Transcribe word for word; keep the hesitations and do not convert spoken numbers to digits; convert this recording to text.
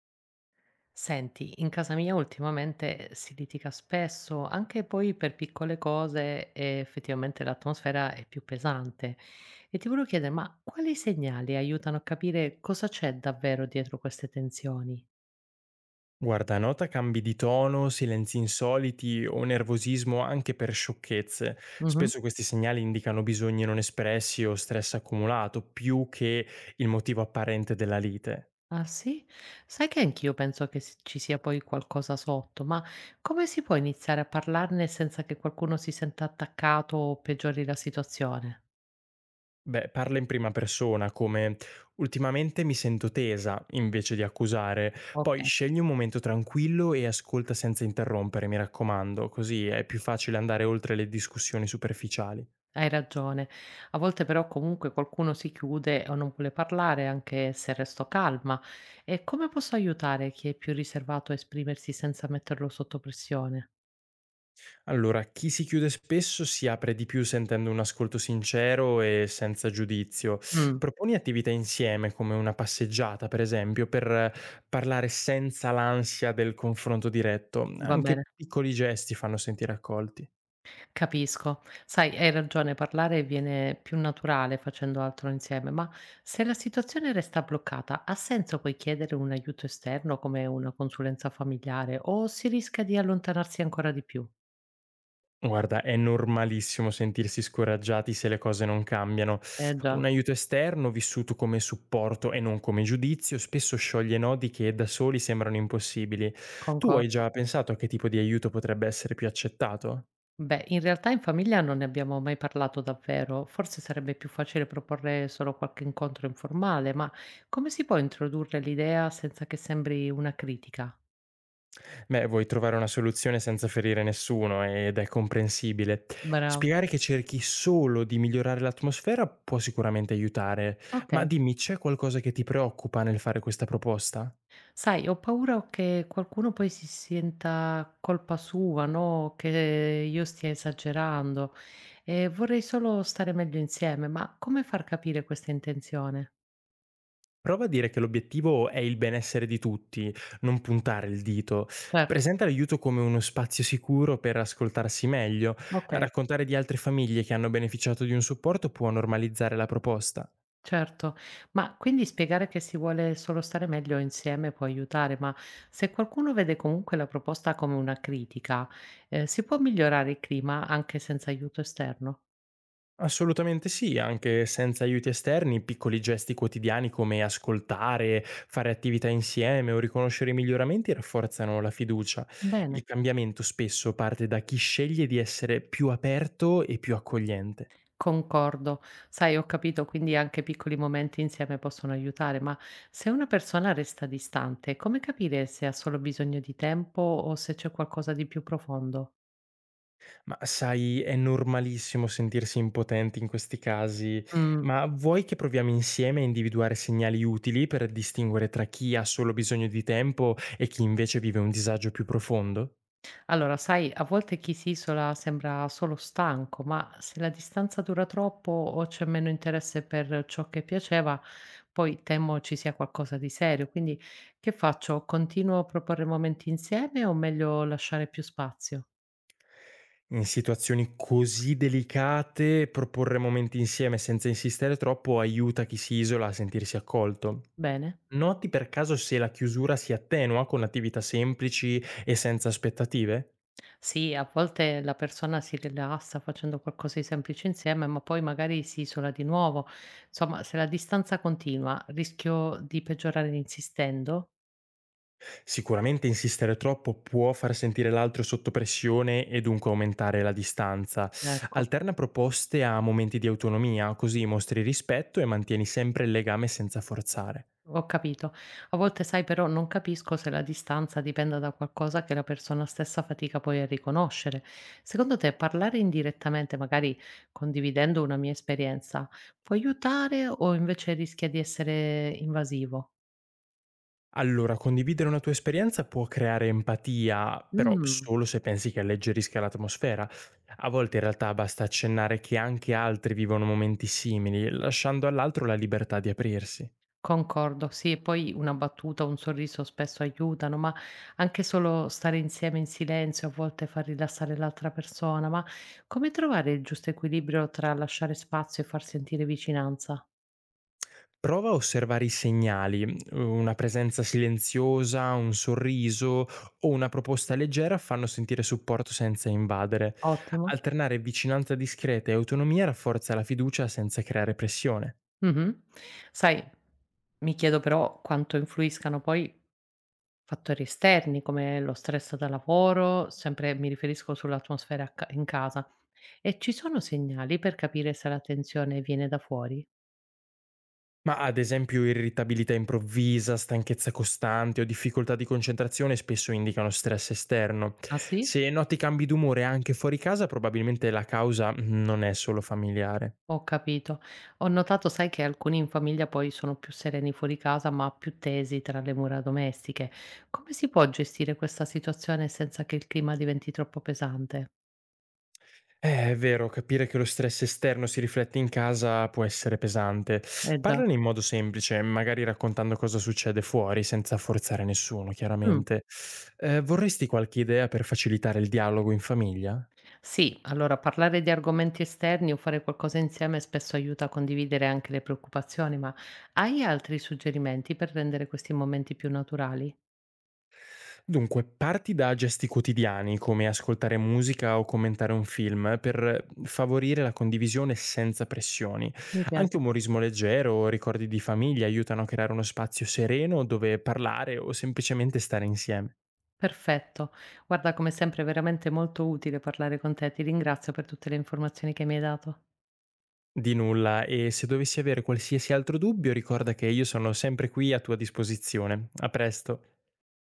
Senti, in casa mia ultimamente si litiga spesso, anche poi per piccole cose, e effettivamente l'atmosfera è più pesante. E ti volevo chiedere, ma quali segnali aiutano a capire cosa c'è davvero dietro queste tensioni? Guarda, nota cambi di tono, silenzi insoliti o nervosismo anche per sciocchezze. Mhm. Spesso questi segnali indicano bisogni non espressi o stress accumulato, più che il motivo apparente della lite. Ah sì? Sai che anch'io penso che si- ci sia poi qualcosa sotto, ma come si può iniziare a parlarne senza che qualcuno si senta attaccato o peggiori la situazione? Beh, parla in prima persona, come ultimamente mi sento tesa, invece di accusare. Ok. Poi scegli un momento tranquillo e ascolta senza interrompere, mi raccomando, così è più facile andare oltre le discussioni superficiali. Hai ragione. A volte però comunque qualcuno si chiude o non vuole parlare anche se resto calma. E come posso aiutare chi è più riservato a esprimersi senza metterlo sotto pressione? Allora, chi si chiude spesso si apre di più sentendo un ascolto sincero e senza giudizio. Mm, Proponi attività insieme, come una passeggiata, per esempio, per eh, parlare senza l'ansia del confronto diretto. va bene, Anche piccoli gesti fanno sentire accolti. capisco. Sai, hai ragione, parlare viene più naturale facendo altro insieme, ma se la situazione resta bloccata, ha senso poi chiedere un aiuto esterno come una consulenza familiare o si rischia di allontanarsi ancora di più? Guarda, è normalissimo sentirsi scoraggiati se le cose non cambiano. Eh già, Un aiuto esterno, vissuto come supporto e non come giudizio, spesso scioglie nodi che da soli sembrano impossibili. Tu hai concordo. già pensato a che tipo di aiuto potrebbe essere più accettato? Beh, in realtà in famiglia non ne abbiamo mai parlato davvero, forse sarebbe più facile proporre solo qualche incontro informale, ma come si può introdurre l'idea senza che sembri una critica? Beh, vuoi trovare una soluzione senza ferire nessuno ed è comprensibile. Bravo. Spiegare che cerchi solo di migliorare l'atmosfera può sicuramente aiutare, Ok, ma dimmi, c'è qualcosa che ti preoccupa nel fare questa proposta? sai, ho paura che qualcuno poi si senta colpa sua, no? Che io stia esagerando e vorrei solo stare meglio insieme, ma come far capire questa intenzione? Prova a dire che l'obiettivo è il benessere di tutti, non puntare il dito. Certo, Presenta l'aiuto come uno spazio sicuro per ascoltarsi meglio. ok. Raccontare di altre famiglie che hanno beneficiato di un supporto può normalizzare la proposta. Certo, ma quindi spiegare che si vuole solo stare meglio insieme può aiutare, ma se qualcuno vede comunque la proposta come una critica, eh, si può migliorare il clima anche senza aiuto esterno? Assolutamente sì, anche senza aiuti esterni, piccoli gesti quotidiani come ascoltare, fare attività insieme o riconoscere i miglioramenti rafforzano la fiducia. Bene, Il cambiamento spesso parte da chi sceglie di essere più aperto e più accogliente. concordo. Sai, ho capito, quindi anche piccoli momenti insieme possono aiutare, ma se una persona resta distante, come capire se ha solo bisogno di tempo o se c'è qualcosa di più profondo? Ma sai, è normalissimo sentirsi impotenti in questi casi, Mm. ma vuoi che proviamo insieme a individuare segnali utili per distinguere tra chi ha solo bisogno di tempo e chi invece vive un disagio più profondo? Allora, sai, a volte chi si isola sembra solo stanco, ma se la distanza dura troppo o c'è meno interesse per ciò che piaceva, poi temo ci sia qualcosa di serio. Quindi che faccio? Continuo a proporre momenti insieme o meglio lasciare più spazio? In situazioni così delicate, proporre momenti insieme senza insistere troppo aiuta chi si isola a sentirsi accolto. Bene. Noti per caso se la chiusura si attenua con attività semplici e senza aspettative? Sì, a volte la persona si rilassa facendo qualcosa di semplice insieme, ma poi magari si isola di nuovo. Insomma, se la distanza continua, rischio di peggiorare insistendo. Sicuramente insistere troppo può far sentire l'altro sotto pressione e dunque aumentare la distanza. Ecco. Alterna proposte a momenti di autonomia, così mostri rispetto e mantieni sempre il legame senza forzare. Ho capito. A volte, sai, però non capisco se la distanza dipenda da qualcosa che la persona stessa fatica poi a riconoscere. Secondo te, parlare indirettamente, magari condividendo una mia esperienza, può aiutare o invece rischia di essere invasivo? Allora, condividere una tua esperienza può creare empatia, però Mm, solo se pensi che alleggerisca l'atmosfera. A volte in realtà basta accennare che anche altri vivono momenti simili, lasciando all'altro la libertà di aprirsi. concordo, sì, e poi una battuta, un sorriso spesso aiutano, ma anche solo stare insieme in silenzio a volte fa rilassare l'altra persona. Ma come trovare il giusto equilibrio tra lasciare spazio e far sentire vicinanza? Prova a osservare i segnali, una presenza silenziosa, un sorriso o una proposta leggera fanno sentire supporto senza invadere. Ottimo. Alternare vicinanza discreta e autonomia rafforza la fiducia senza creare pressione. Mh-mh. Sai, mi chiedo però quanto influiscano poi fattori esterni come lo stress da lavoro, sempre mi riferisco sull'atmosfera a ca in casa. E ci sono segnali per capire se la tensione viene da fuori? Ma ad esempio irritabilità improvvisa, stanchezza costante o difficoltà di concentrazione spesso indicano stress esterno. Ah sì? Se noti cambi d'umore anche fuori casa, probabilmente la causa non è solo familiare. Ho capito. Ho notato, sai, che alcuni in famiglia poi sono più sereni fuori casa, ma più tesi tra le mura domestiche. Come si può gestire questa situazione senza che il clima diventi troppo pesante? Eh, è vero, capire che lo stress esterno si riflette in casa può essere pesante. Eh già. Parlane in modo semplice, magari raccontando cosa succede fuori, senza forzare nessuno, Mh. chiaramente. Eh, vorresti qualche idea per facilitare il dialogo in famiglia? Sì, allora parlare di argomenti esterni o fare qualcosa insieme spesso aiuta a condividere anche le preoccupazioni, ma hai altri suggerimenti per rendere questi momenti più naturali? Dunque, parti da gesti quotidiani, come ascoltare musica o commentare un film, per favorire la condivisione senza pressioni. Mi Anche piace. umorismo leggero o ricordi di famiglia aiutano a creare uno spazio sereno dove parlare o semplicemente stare insieme. Perfetto. Guarda, come sempre è veramente molto utile parlare con te, ti ringrazio per tutte le informazioni che mi hai dato. Di nulla e se dovessi avere qualsiasi altro dubbio ricorda che io sono sempre qui a tua disposizione. A presto.